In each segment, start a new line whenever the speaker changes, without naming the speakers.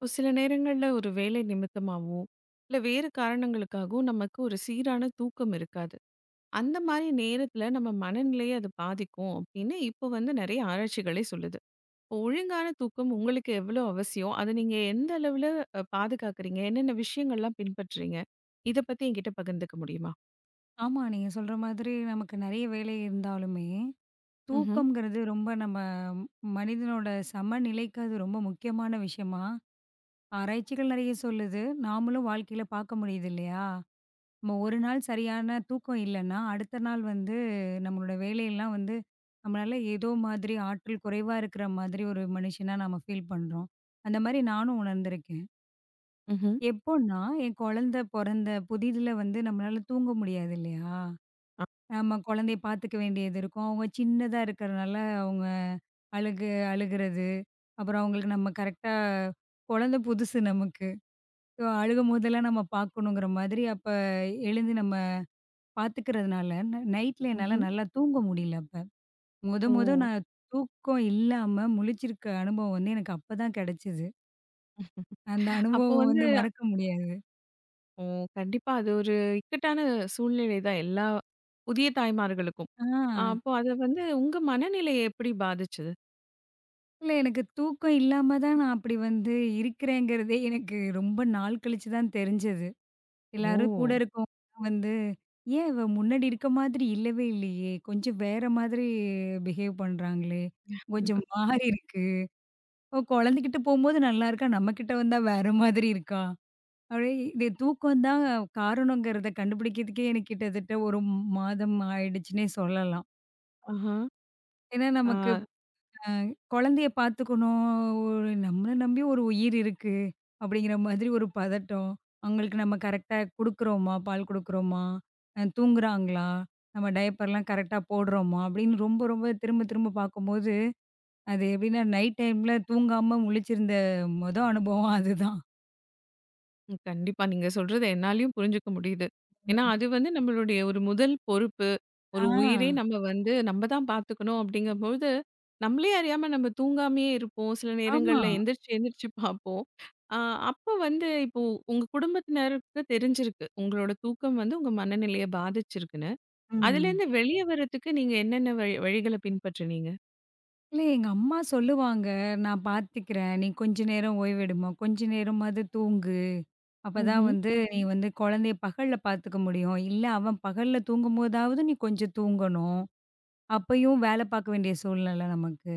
ஒரு சில நேரங்கள்ல ஒரு வேலை நிமித்தமாகவும் இல்லை வேறு காரணங்களுக்காகவும் நமக்கு ஒரு சீரான தூக்கம் இருக்காது. அந்த மாதிரி நேரத்துல நம்ம மனநிலையை அது பாதிக்கும் அப்படின்னு இப்போ வந்து நிறைய ஆராய்ச்சிகளே சொல்லுது. இப்போ ஒழுங்கான தூக்கம் உங்களுக்கு எவ்வளோ அவசியம், அதை நீங்க எந்த அளவுல பாதுகாக்கிறீங்க, என்னென்ன விஷயங்கள்லாம் பின்பற்றுறீங்க, இதை பத்தி என்கிட்ட பகிர்ந்துக்க முடியுமா?
ஆமா. நீங்க சொல்ற மாதிரி நமக்கு நெறைய வேலை இருந்தாலுமே,
ம்ஹும்.
தூக்கம்ங்கிறது ரொம்ப நம்ம மனிதனோட சமநிலைக்கு அது ரொம்ப முக்கியமான விஷயமா, ஆராய்ச்சிகள் நெறைய சொல்லுது. நாமளும் வாழ்க்கையில பார்க்க முடியுது இல்லையா? நம்ம ஒரு நாள் சரியான தூக்கம் இல்லன்னா, அடுத்த நாள் வந்து நம்மளோட வேலையெல்லாம் வந்து நம்மளால ஏதோ மாதிரி ஆற்றல் குறைவா இருக்கிற மாதிரி ஒரு மனுஷனா நம்ம ஃபீல் பண்றோம். அந்த மாரி நானும் உணர்ந்திருக்கேன்.
ம்ஹும்.
எப்போன்னா, என் குழந்தை பொறந்த புதிதில வந்து நம்மளால தூங்க முடியாது இல்லையா?
ஆ,
நம்ம குழந்தைய பார்த்துக்க வேண்டியது இருக்கும். அவங்க சின்னதா இருக்கிறனால அவங்க அழுகு அழுகுறது, அப்புறம் அவங்களுக்கு நம்ம கரெக்ட்டா குழந்த புதுசு நமக்கு. ஸோ அழுகும்போதெல்லாம் நம்ம பார்க்கணுங்கிற மாதிரி அப்ப எழுந்து நம்ம பார்த்துக்கிறதுனால, நைட்ல என்னால
ம்ஹும்.
நல்லா தூங்க முடியல அப்ப. மொத
ஓ.
மொத நான் தூக்கம் இல்லாம முழிச்சிருக்க அனுபவம் வந்து எனக்கு அப்ப தான் கிடைச்சது. அந்த
அப்போ
அனுபவம்
வந்து
வந்து மறக்க முடியாது.
ஓ! கண்டிப்பா. அது ஒரு இக்கட்டான சூழ்நிலை தான் எல்லா புதிய தாய்மார்களுக்கும்.
ஆ.
அப்போ அது வந்து உங்க மனநிலைய எப்படி பாதிச்சது?
இல்ல எனக்கு தூக்கம் இல்லாம தான் நான் அப்படி வந்து இருக்கிறேங்கிறதே எனக்கு ரொம்ப நாள் கழிச்சு தான் தெரிஞ்சது. எல்லாரும் கூட
ஓ!
இருக்கவங்கலாம் வந்து, "ஏன் இவ முன்னாடி இருக்க மாதிரி இல்லவே இல்லையே! கொஞ்சம் வேற மாதிரி பிஹேவ் பண்றாங்களே! கொஞ்சம் மாறி இருக்கு. அவ குழந்தைகிட்ட போம்போது நல்லா இருக்கா, நம்மகிட்ட வந்தா வேற மாதிரி இருக்கா?" அப்படியே இது தூக்கம் தான் காரணங்கிறத கண்டுபிடிக்கிறதுக்கே எனக்கு கிட்டத்தட்ட 1 மாதம் ஆயிடுச்சுன்னே சொல்லலாம்.
ஆஹா.
ஏன்னா
ஆ.
நமக்கு குழந்தைய பார்த்துக்கணும். ஒரு நம்மள நம்பி ஒரு உயிர் இருக்கு. அப்படிங்கிற மாதிரி ஒரு பதட்டம். அவங்களுக்கு நம்ம கரெக்ட்டா குடுக்குறோமா? பால் குடுக்குறோமா? தூங்குறாங்களா? நம்ம டயப்பர்லாம் கரெக்ட்டா போடுறோமா? அப்படின்னு ரொம்ப, ரொம்ப திரும்ப திரும்ப பார்க்கும்போது, அது எப்படின்னா நைட் டைம்ல தூங்காம முழிச்சிருந்த மொத அனுபவம் அதுதான்.
கண்டிப்பா. நீங்க சொல்றது என்னாலயும் புரிஞ்சுக்க முடியுது. ஏன்னா,
ம்.
அது வந்து நம்மளுடைய ஒரு முதல் பொறுப்பு.
ஆ.
ஒரு உயிரே நம்ம வந்து நம்ம தான் பார்த்துக்கணும் அப்படிங்கும்போது, நம்மளே அறியாம நம்ம தூங்காமயே இருப்போம். சில
ஆமா.
நேரங்கள்ல எந்திரிச்சு எந்திரிச்சு பார்ப்போம். அ அப்போ வந்து இப்போ உங்க குடும்பத்தினருக்கு தெரிஞ்சிருக்கு, உங்களோட தூக்கம் வந்து உங்க மனநிலைய பாதிச்சிருக்குன்னு.
ம்.
அதுலேருந்து வெளிய வரதுக்கு நீங்க என்னென்ன வழி வழிகள பின்பற்றினீங்க?
இல்ல எங்க அம்மா சொல்லுவாங்க, "நான் பார்த்துக்கிறேன். நீ கொஞ்ச நேரம் ஓய்வெடும்மா. கொஞ்ச நேரமாவது தூங்கு. அப்பதான்
ம்ஹ்ம்.
வந்து நீ வந்து குழந்தைய பகல்ல பார்த்துக்க முடியும். இல்ல அவன் பகல்ல தூங்கும்போதாவது நீ கொஞ்சம் தூங்கணும். அப்பயும் வேலை பார்க்க வேண்டிய சூழ்நிலை நமக்கு.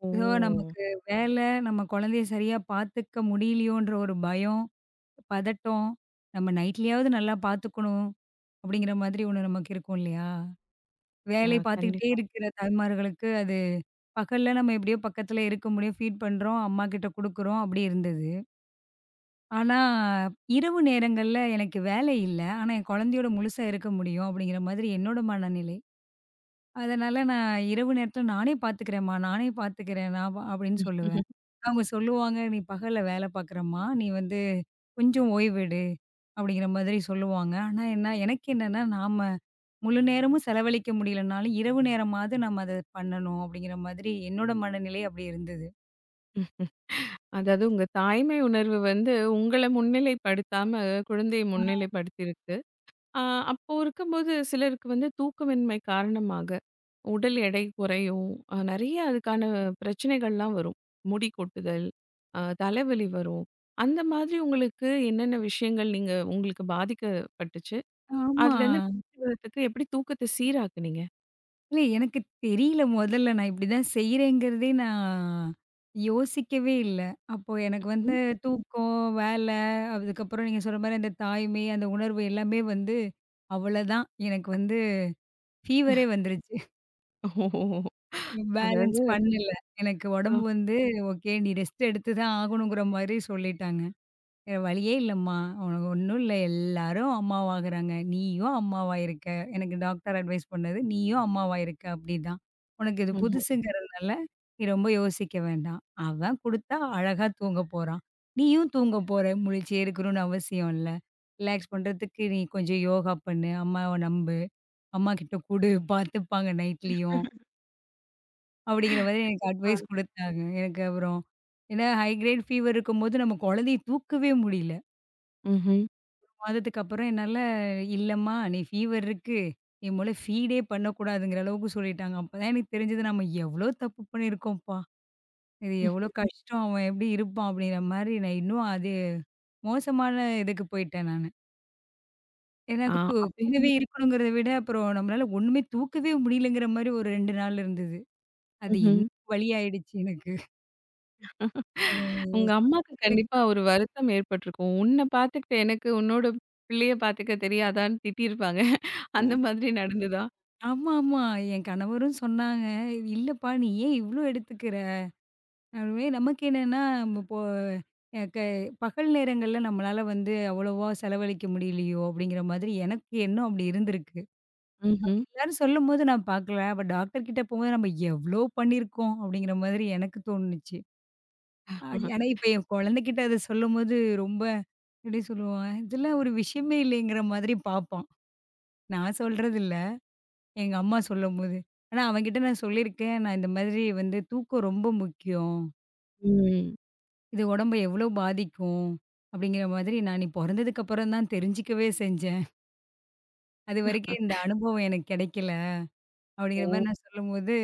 ஓ!
ஸோ நமக்கு வேலை, நம்ம குழந்தைய சரியா பார்த்துக்க முடியலையோன்ற ஒரு பயம், பதட்டம், நம்ம நைட்லயாவது நல்லா பார்த்துக்கணும்." அப்படிங்கிற மாதிரி ஒண்ணு நமக்கு இருக்கும் இல்லையா?
அ
வேலை பார்த்துக்கிட்டே
கண்டிப்பா.
இருக்கிற தாய்மார்களுக்கு அது பகல்ல நம்ம எப்படியோ பக்கத்துல இருக்க முடியும். ஃபீட் பண்றோம். அம்மா கிட்ட குடுக்குறோம். அப்படி இருந்தது. ஆனா, இரவு நேரங்கள்ல எனக்கு வேலை இல்ல. ஆனா, என் குழந்தையோட முழுசா இருக்க முடியும் அப்படிங்கிற மாதிரி என்னோட மனநிலை. அதனால நான் இரவு நேரத்துல நானே பார்த்துக்கிறேன்ம்மா, நானே பார்த்துக்கிறேன். நான் பா அப்படின்னு சொல்லுவேன்.
ம்ஹ்ம்.
அவங்க சொல்லுவாங்க, "நீ பகல்ல வேலை பார்க்குறம்மா. நீ வந்து கொஞ்சம் ஓய்வெடு." அப்படிங்கிற மாதிரி சொல்லுவாங்க. ஆனா என்ன எனக்கு என்னன்னா நாம முழு நேரமும் செலவழிக்க முடியலனாலும், இரவு நேரமாவது நம்ம அத பண்ணணும் அப்படிங்கிற மாதிரி என்னோட மனநிலை அப்படி இருந்தது.
அதாவது உங்க தாய்மை உணர்வு வந்து உங்கள முன்னிலைப்படுத்தாம குழந்தையை
ஆ.
முன்னிலைப்படுத்தியிருக்கு. அ அப்போ இருக்கும்போது சிலருக்கு வந்து தூக்கமின்மை காரணமாக உடல் எடை குறையும். நெறைய அதுக்கான பிரச்சனைகள்லாம் வரும். முடி கொட்டுதல், தலைவலி வரும். அந்த மாதிரி உங்களுக்கு என்னென்ன விஷயங்கள் நீங்க உங்களுக்கு பாதிக்கப்பட்டுச்சு?
ஆமா.
அதுலேருந்து மீண்டு வர்றதுக்கு எப்படி தூக்கத்த சீராக்குனீங்க?
இல்ல எனக்கு தெரியல மொதல்ல நான் இப்படிதான் செய்றேங்கிறதே நான் யோசிக்கவே இல்ல. அப்போ எனக்கு வந்து தூக்கம், வேலை, அதுக்கப்புறம் நீங்க சொல்ற மாரி அந்த தாய்மை, அந்த உணர்வு எல்லாமே வந்து அவ்வளதான். எனக்கு வந்து ஃபீவரே வந்துருச்சு.
ஓஹோஹோ!
பேலன்ஸ்
அதாவது
பண்ணல. எனக்கு உடம்பு
அ
வந்து ஓகே நீ ரெஸ்ட் எடுத்து தான் ஆகணுங்கிற மாரி சொல்லிட்டாங்க. வேற வழியே இல்லம்மா. உனக்கு ஒண்ணும் இல்ல. எல்லாரும் அம்மாவாகுறாங்க. நீயும் அம்மாவாயிருக்க. எனக்கு டாக்டர் அட்வைஸ் பண்ணது, நீயும் அம்மாவாயிருக்க அப்டிதான். உனக்கு இது
ம்ஹ்ம்.
புதுசுங்கிறதுனால, நீ ரொம்ப யோசிக்க வேண்டாம். அவன் குடுத்தா அழகா தூங்க போறான். நீயும் தூங்க போற. முழிச்சே இருக்கணும்னு அவசியம் இல்ல. ரிலாக்ஸ் பண்றதுக்கு நீ கொஞ்சம் யோகா பண்ணு. அம்மாவ நம்பு. அம்மா கிட்ட குடு. பார்த்துப்பாங்க நைட்லயும். அப்டிங்கிற மாதிரி எனக்கு
ஆ.
அட்வைஸ் குடுத்தாங்க. எனக்கு அப்புறம் ஏன்னா ஹை கிரேட் ஃபீவர் இருக்கும்போது நம்ம குழந்தைய தூக்கவே முடியல.
ம்ஹ்ம்.
மாதத்துக்கு அப்புறம் என்னால, "இல்லம்மா நீ ஃபீவர் இருக்கு. என் மேல ஃபீடே பண்ணக்கூடாதுங்கிற அளவுக்கு சொல்லிட்டாங்க." அப்பதான் எனக்கு தெரிஞ்சது நம்ம எவ்ளோ தப்பு பண்ணியிருக்கோம்ப்பா. இது எவ்ளோ
ம்.
கஷ்டம். அவன் எப்படி இருப்பான் அப்படிங்கிற மாரி நான் இன்னும் அது மோசமான இதுக்கு போயிட்டேன் நானு.
ஆ.
எனக்கு தூ
அப்படி.
கூடவே இருக்கணுங்கிறத விட அப்புறம் நம்மளால ஒண்ணுமே தூக்கவே முடியலங்கிற மாரி ஒரு 2 நாள் இருந்தது. அது
ம்ஹ்ம்.
இன்னும் வலி ஆயிடுச்சு எனக்கு. அது
உங்க அம்மாக்கு
சொல்லும்போது
கண்டிப்பா
எனக்கு
ஒரு வருத்தம் ஏற்பட்டுருக்கும். உன்ன பார்த்துக்கிட்ட எனக்கு உன்னோட பிள்ளைய பார்த்துக்க தெரியாதான்னு திட்டியிருப்பாங்க. அந்த
ம்.
மாதிரி நடந்ததா?
ஆமா, ஆமா. என் கணவரும் சொன்னாங்க, "இல்லப்பா நீ ஏன் இவ்ளோ எடுத்துக்கிற?" அதுவே நமக்கு என்னன்னா, நம்ம இப்போ அ க பகல் நேரங்கள்ல நம்மளால வந்து அவ்வளவா செலவழிக்க முடியலையோ! அப்படிங்கிற மாதிரி எனக்கு எண்ணம் அப்படி இருந்திருக்கு.
ம்ஹ்ம்.
அப்படி எல்லாரும் சொல்லும்போது நான் பார்க்கல. அப்ப டாக்டர் கிட்ட போகும்போது நம்ம எவ்வளோ பண்ணியிருக்கோம் அப்படிங்கிற மாதிரி எனக்கு தோணுச்சு. அ ஏன்னா இப்ப என் குழந்தைகிட்ட அத சொல்லும்போது ரொம்ப எப்படி சொல்லுவான்? இதெல்லாம் ஒரு விஷயமே இல்லைங்கிற மாதிரி பார்ப்பான். நான் சொல்றதில்ல. எங்க அம்மா சொல்லும்போது. ஆனா அவன்கிட்ட நான் சொல்லியிருக்கேன். நான் இந்த மாதிரி வந்து தூக்கம் ரொம்ப முக்கியம்.
ம்.
இது உடம்ப எவ்வளோ பாதிக்கும்? அப்படிங்கிற மாதிரி நான் நீ பொறந்ததுக்கு அப்புறம் தான் தெரிஞ்சுக்கவே செஞ்சேன். அதுவரைக்கும் இந்த அனுபவம் எனக்கு கெடைக்கல. அப்படிங்கிற
ஓ!
மாரி நான் சொல்லும்போது,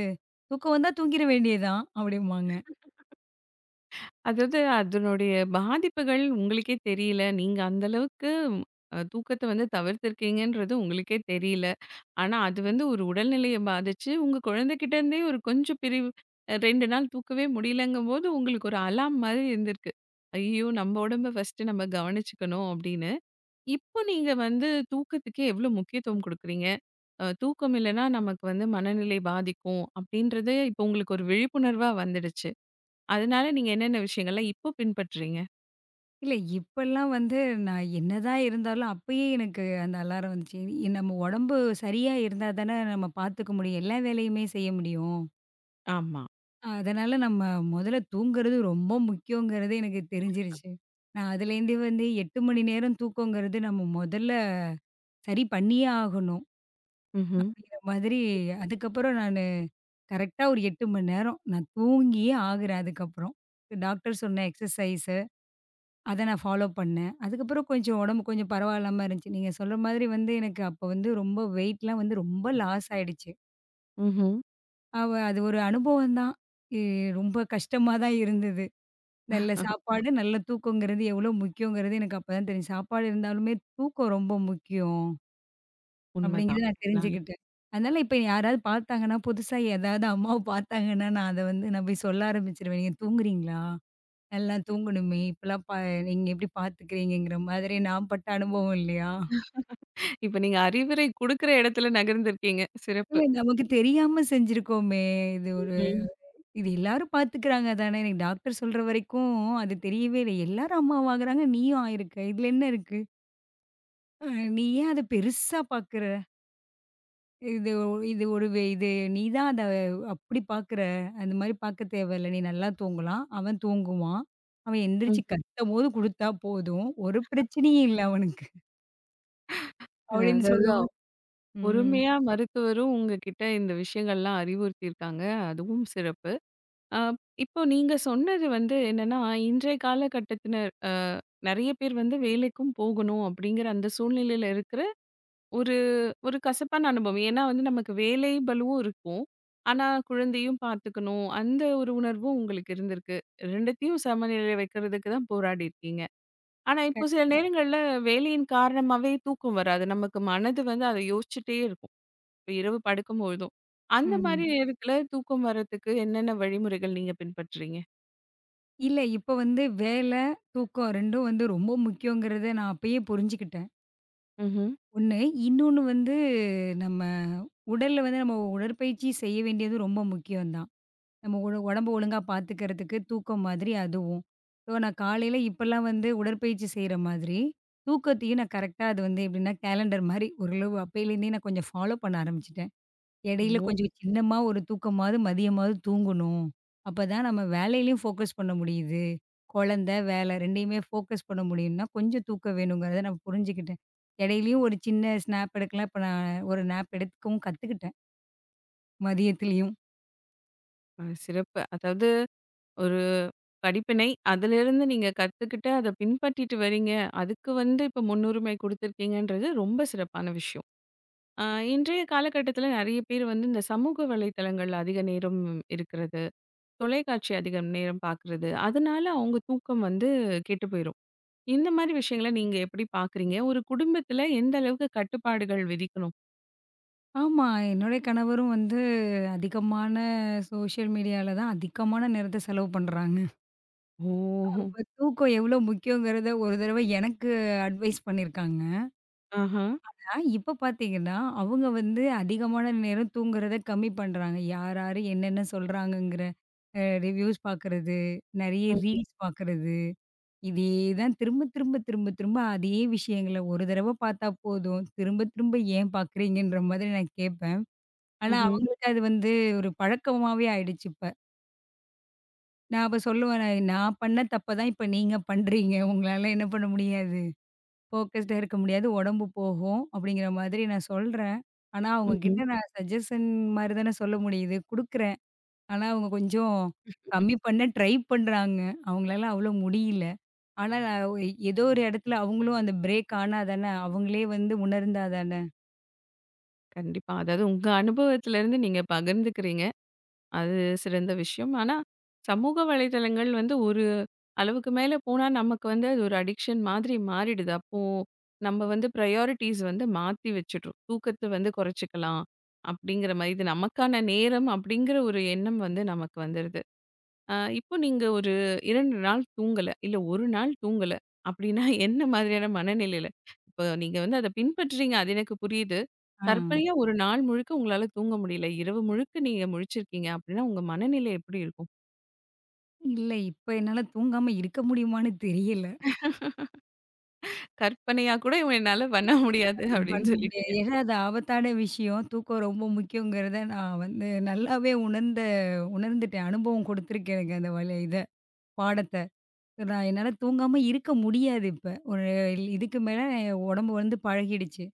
"தூக்கம் வந்தா தூங்கிற வேண்டியதுதான்" அப்படிம்பாங்க.
அதாவது அதனுடைய பாதிப்புகள் உங்களுக்கே தெரியல. நீங்க அந்த அளவுக்கு தூக்கத்த வந்து தவிர்த்திருக்கீங்கன்றது உங்களுக்கே தெரியல. ஆனா, அது வந்து ஒரு உடல்நிலைய பாதிச்சு, உங்க குழந்தைகிட்ட இருந்தே ஒரு கொஞ்சம் பிரிவு, 2 நாள் தூக்கவே முடியலங்கும்போது, உங்களுக்கு ஒரு அலார்ம் மாரி இருந்திருக்கு. ஐயோ! நம்ம உடம்ப ஃபர்ஸ்ட்டு நம்ம கவனிச்சுக்கணும் அப்படின்னு. இப்போ நீங்க வந்து தூக்கத்துக்கு எவ்வளோ முக்கியத்துவம் குடுக்குறீங்க? தூக்கம் இல்லன்னா நமக்கு வந்து மனநிலை பாதிக்கும் அப்படின்றது இப்போ உங்களுக்கு ஒரு விழிப்புணர்வா வந்துடுச்சு. அதனால நீங்க என்னென்ன விஷயங்கள்லாம் இப்போ பின்பற்றுறீங்க?
இல்ல இப்பல்லாம் வந்து நான் என்னதான் இருந்தாலும் அப்பயே எனக்கு அந்த அலாரம் வந்துச்சு. நம்ம உடம்பு சரியா இருந்தா தானே நம்ம பாத்துக்க முடியும். எல்லா வேலையுமே செய்ய முடியும்.
ஆமா.
அதனால நம்ம முதல்ல தூங்குறது ரொம்ப முக்கியங்கிறது எனக்கு தெரிஞ்சிருச்சு. நான் அதுலேருந்து வந்து 8 மணி நேரம் தூக்கங்கிறது நம்ம முதல்ல சரி பண்ணியே ஆகணும்.
ம்ஹ்ம்.
அப்படிங்கிற மாதிரி அதுக்கப்புறம் நானு கரெக்ட்டா ஒரு 8 மணி நேரம் நான் தூங்கியே ஆகுறேன் அதுக்கப்புறம். டாக்டர் சொன்ன எக்ஸர்சைஸு அத நான் ஃபாலோ பண்ணேன். அதுக்கப்புறம் கொஞ்சம் உடம்பு கொஞ்சம் பரவாயில்லாம இருந்துச்சு. நீங்க சொல்ற மாதிரி வந்து எனக்கு அப்ப வந்து ரொம்ப வெயிட்லாம் வந்து ரொம்ப லாஸ் ஆயிடுச்சு.
ம்ஹ்ம்.
அவ அது ஒரு அனுபவம் தான். இ ரொம்ப கஷ்டமா தான் இருந்தது. நல்ல சாப்பாடு, நல்ல தூக்கங்கிறது எவ்வளோ முக்கியங்கிறது எனக்கு அப்பதான் தெரியும். சாப்பாடு இருந்தாலுமே தூக்கம் ரொம்ப முக்கியம். அப்படிங்கிறத
உண்மதான்.
நான்
என்னால.
தெரிஞ்சுக்கிட்டேன். அதனால இப்ப யாராவது பார்த்தாங்கன்னா, புதுசா ஏதாவது அம்மாவ பார்த்தாங்கன்னா, நான் அத வந்து நான் போய் சொல்ல ஆரம்பிச்சுருவேன். "நீங்க தூங்குறீங்களா? நல்லா தூங்கணுமே! இப்பலாம் ப நீங்க எப்படி பார்த்துக்கிறீங்கங்கிற மாதிரி நான் பட்ட அனுபவம் இல்லையா?
இப்ப நீங்க அறிவுரை குடுக்குற இடத்துல நகர்ந்திருக்கீங்க. சிறப்பு.
இல்ல நமக்கு தெரியாம செஞ்சிருக்கோமே! இது ஒரு
ம்ஹ்ம்.
இது எல்லாரும் பார்த்துக்கிறாங்க தானே! எனக்கு டாக்டர் சொல்ற வரைக்கும் அது தெரியவே இல்ல. எல்லாரும் அம்மாவாகுறாங்க. நீயும் ஆயிருக்க. இதுல என்ன இருக்கு? அ நீ ஏன் அத பெருசா பார்க்குற?" இது ஒ- இது ஒரு வே இது நீ தான் அத அப்படி பார்க்குற, அந்த மாரி பார்க்க தேவையில்ல. நீ நல்லா தூங்கலாம். அவன் தூங்குவான். அவன் எந்திரிச்சு
ம்.
கத்தும்போது குடுத்தா போதும். ஒரு பிரச்சனையும் இல்ல அவனுக்கு. அப்படின்னு
அதாவது
சொல்லும்போது ம்.
பொறுமையா மருத்துவரும் உங்ககிட்ட இந்த விஷயங்கள்லாம் அறிவுறுத்தியிருக்காங்க. அதுவும் சிறப்பு. அ இப்போ நீங்க சொன்னது வந்து என்னன்னா, இன்றைய காலகட்டத்தினர் நெறைய பேர் வந்து வேலைக்கும் போகணும் அப்படிங்கிற அந்த சூழ்நிலையில இருக்கிற ஒரு ஒரு கசப்பான அனுபவம். ஏன்னா வந்து நமக்கு வேலை பளுவும் இருக்கும். ஆனா குழந்தையும் பார்த்துக்கணும். அந்த ஒரு உணர்வும் உங்களுக்கு இருந்திருக்கு. 2த்தையும் சமநிலையில வைக்கிறதுக்கு தான் போராடி இருக்கீங்க. ஆனா,
க
இப்போ சில நேரங்கள்ல வேலையின் காரணமாவே தூக்கம் வராது. நமக்கு மனது வந்து அத யோசிச்சுட்டே இருக்கும். இப்ப இரவு படுக்கும்பொழுதும். அந்த மாரி
ம்.
நேரத்துல தூக்கம் வர்றதுக்கு என்னென்ன வழிமுறைகள் நீங்க பின்பற்றுறீங்க?
இல்ல இப்ப வந்து வேலை, தூக்கம் 2ம் வந்து ரொம்ப முக்கியங்கிறத நான் அப்பயே புரிஞ்சுக்கிட்டேன்.
ம்ஹ்ம்.
1 இன்னொன்னு வந்து நம்ம உடல்ல வந்து நம்ம உடற்பயிற்சி செய்ய வேண்டியது ரொம்ப முக்கியம் தான். நம்ம ஒழு உடம்ப ஒழுங்கா பார்த்துக்கிறதுக்கு தூக்கம் மாதிரி அதுவும். ஸோ நான் காலையில இப்பலாம் வந்து உடற்பயிற்சி செய்ற மாதிரி, தூக்கத்தையும் நான் கரெக்ட்டா அது வந்து எப்படின்னா கேலண்டர் மாரி ஓரளவு அப்பயிலேருந்தே நான் கொஞ்சம் ஃபாலோ பண்ண ஆரம்பிச்சுட்டேன். இடையில
ஓ!
கொஞ்சம் சின்னமா ஒரு தூக்கமாவது மதியமாவது தூங்கணும். அப்பதான் நம்ம வேலையிலயும் ஃபோக்கஸ் பண்ண முடியுது. குழந்தை, வேலை 2யுமே ஃபோக்கஸ் பண்ண முடியும்னா கொஞ்சம் தூக்கம் வேணுங்கிறத நான் புரிஞ்சுக்கிட்டேன். இடையிலயும் ஒரு சின்ன ஸ்னாப் எடுக்கலாம். இப்ப நான் ஒரு நேப் எடுக்கவும் கத்துக்கிட்டேன் மதியத்திலயும்.
சிறப்பு. அதாவது ஒரு படிப்பினை, அதிலிருந்து நீங்க கத்துக்கிட்டு அத பின்பற்றிட்டு வரீங்க. அதுக்கு வந்து இப்ப முன்னுரிமை குடுத்துருக்கீங்கன்றது ரொம்ப சிறப்பான விஷயம். அ இன்றைய காலகட்டத்துல நெறைய பேர் வந்து இந்த சமூக வலைத்தளங்கள்ல அதிக நேரம் இருக்கிறது. தொலைக்காட்சி அதிகம் நேரம் பார்க்குறது. அதனால அவங்க தூக்கம் வந்து கெட்டு போயிரும். இந்த மாரி விஷயங்கள நீங்க எப்படி பார்க்குறீங்க? ஒரு குடும்பத்தில எந்த அளவுக்கு கட்டுப்பாடுகள் விதிக்கணும்?
ஆமா. என்னுடைய கணவரும் வந்து அதிகமான சோஷியல் மீடியால தான் அதிகமான நேரத்த செலவு பண்றாங்க.
ஓ!
இப்ப தூக்கம் எவ்ளோ முக்கியங்கிறத ஒரு தடவ எனக்கு அட்வைஸ் பண்ணியிருக்காங்க.
ஆஹா.
இப்ப பார்த்தீங்கன்னா, அவங்க வந்து அதிகமான நேரம் தூங்குறத கம்மி பண்றாங்க. யார் யாரு என்னென்ன சொல்றாங்கங்கிற ரிவ்யூஸ் பார்க்கறது, நெறைய
ம்.
ரீல்ஸ் பார்க்கறது. இதே தான் திரும்ப திரும்ப திரும்ப திரும்ப அதே விஷயங்கள ஒரு தடவ பார்த்தா போதும். திரும்ப திரும்ப ஏன் பார்க்குறீங்கன்ற மாதிரி நான் கேட்பேன். ஆனா,
ம்ஹ்ம்.
அவங்களுக்கு அது வந்து ஒரு பழக்கமாவே ஆயிடுச்சு இப்ப. நான் அப்ப சொல்லுவேன், "நான் நான் பண்ண தப்ப தான் இப்ப நீங்க பண்றீங்க. உங்களால என்ன பண்ண முடியாது? ஃபோக்கஸ்டா இருக்க முடியாது. உடம்பு போகும்." அப்படிங்கிற மாதிரி நான் சொல்றேன். ஆனா, அவங்க
ம்ஹ்ம்.
கிட்ட நான் சஜஷன் மாரி தானே சொல்ல முடியுது. குடுக்குறேன். ஆனா, அவங்க கொஞ்சம் கம்மி பண்ண ட்ரை பண்றாங்க. அவங்களால அவ்வளோ முடியல. ஆனா, நான் ஒ ஏதோ ஒரு இடத்துல அவங்களும் அந்த பிரேக் ஆனா தானே, அவங்களே வந்து உணர்ந்தா தானே.
கண்டிப்பா. அதாவது உங்க அனுபவத்திலருந்து நீங்க பகிர்ந்துக்கிறீங்க. அது சிறந்த விஷயம். ஆனா, சமூக வலைதளங்கள் வந்து ஒரு அளவுக்கு மேல போனா, நமக்கு வந்து அது ஒரு அடிக்ஷன் மாதிரி மாறிடுது. அப்போ நம்ம வந்து பிரையாரிட்டீஸ் வந்து மாத்தி வச்சுடுறோம். தூக்கத்த வந்து குறைச்சுக்கலாம், அப்படிங்கிற மாரி. இது நமக்கான நேரம் அப்படிங்கிற ஒரு எண்ணம் வந்து நமக்கு வந்துருது. இப்போ நீங்க ஒரு 2 நாள் தூங்கல, இல்ல 1 நாள் தூங்கல அப்படின்னா என்ன மாதிரியான மனநிலையில? இப்ப நீங்க வந்து அத பின்பற்றுறீங்க, அது எனக்கு புரியுது.
ஆ.
கற்பனையா ஒரு நாள் முழுக்க உங்களால தூங்க முடியல. இரவு முழுக்க நீங்க முழிச்சிருக்கீங்க அப்படின்னா, உங்க மனநிலை எப்படி இருக்கும்?
இல்ல இப்ப என்னால தூங்காம இருக்க முடியுமான்னு தெரியல.
கற்பனையா கூட இவன் என்னால பண்ண முடியாது அப்படின்னு
பண்ண முடியாது.
சொல்லிட்டீங்க.
ஏன்னா அது ஆபத்தான விஷயம். தூக்கம் ரொம்ப முக்கியங்கிறத நான் வந்து நல்லாவே உணர்ந்துட்டேன். அனுபவம் கொடுத்துருக்கேன் எனக்கு அந்த வழி இத பாடத்த. நான் என்னால தூங்காம இருக்க முடியாது இப்ப. ஒரு இதுக்கு மேல என் உடம்பு வந்து பழகிடுச்சு.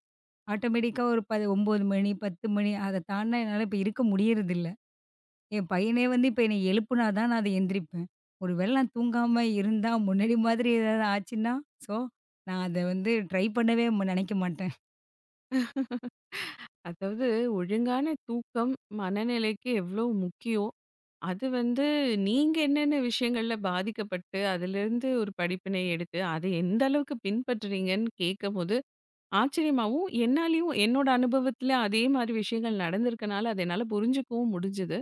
ஆட்டோமேட்டிக்கா ஒரு ப 9 மணி, 10 மணி அத தாண்டுனா என்னால இப்ப இருக்க முடியறதில்ல. என் பையனே வந்து இப்ப என்னை எழுப்புனா தான் நான் அத எந்திரிப்பேன். ஒரு வேளை நான் தூங்காம இருந்தா முன்னாடி மாதிரி ஏதாவது ஆச்சுன்னா, ஸோ நான் அத வந்து ட்ரை பண்ணவே நெனைக்க மாட்டேன்.
அதாவது ஒழுங்கான தூக்கம் மனநிலைக்கு எவ்வளோ முக்கியம். அது வந்து நீங்க என்னென்ன விஷயங்கள்ல பாதிக்கப்பட்டு, அதிலிருந்து ஒரு படிப்பினை எடுத்து, அதை எந்த அளவுக்கு பின்பற்றுறீங்கன்னு கேட்கும்போது ஆச்சரியமாவும், என்னாலயும் என்னோட அனுபவத்துல அதே மாரி விஷயங்கள் நடந்திருக்கனால, அத என்னால புரிஞ்சுக்கவும் முடிஞ்சது.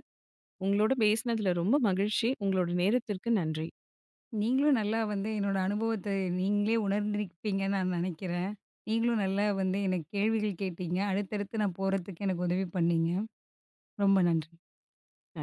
உங்களோட பேசினதுல ரொம்ப மகிழ்ச்சி. உங்களோட நேரத்திற்கு நன்றி.
நீங்களும் நல்லா வந்து என்னோட அனுபவத்த நீங்களே உணர்ந்திருப்பீங்கன்னு நான் நினைக்கிறேன். நீங்களும் நல்லா வந்து எனக்கு கேள்விகள் கேட்டீங்க. அடுத்தடுத்து நான் போறதுக்கு எனக்கு உதவி பண்ணீங்க. ரொம்ப நன்றி.
நன்றி.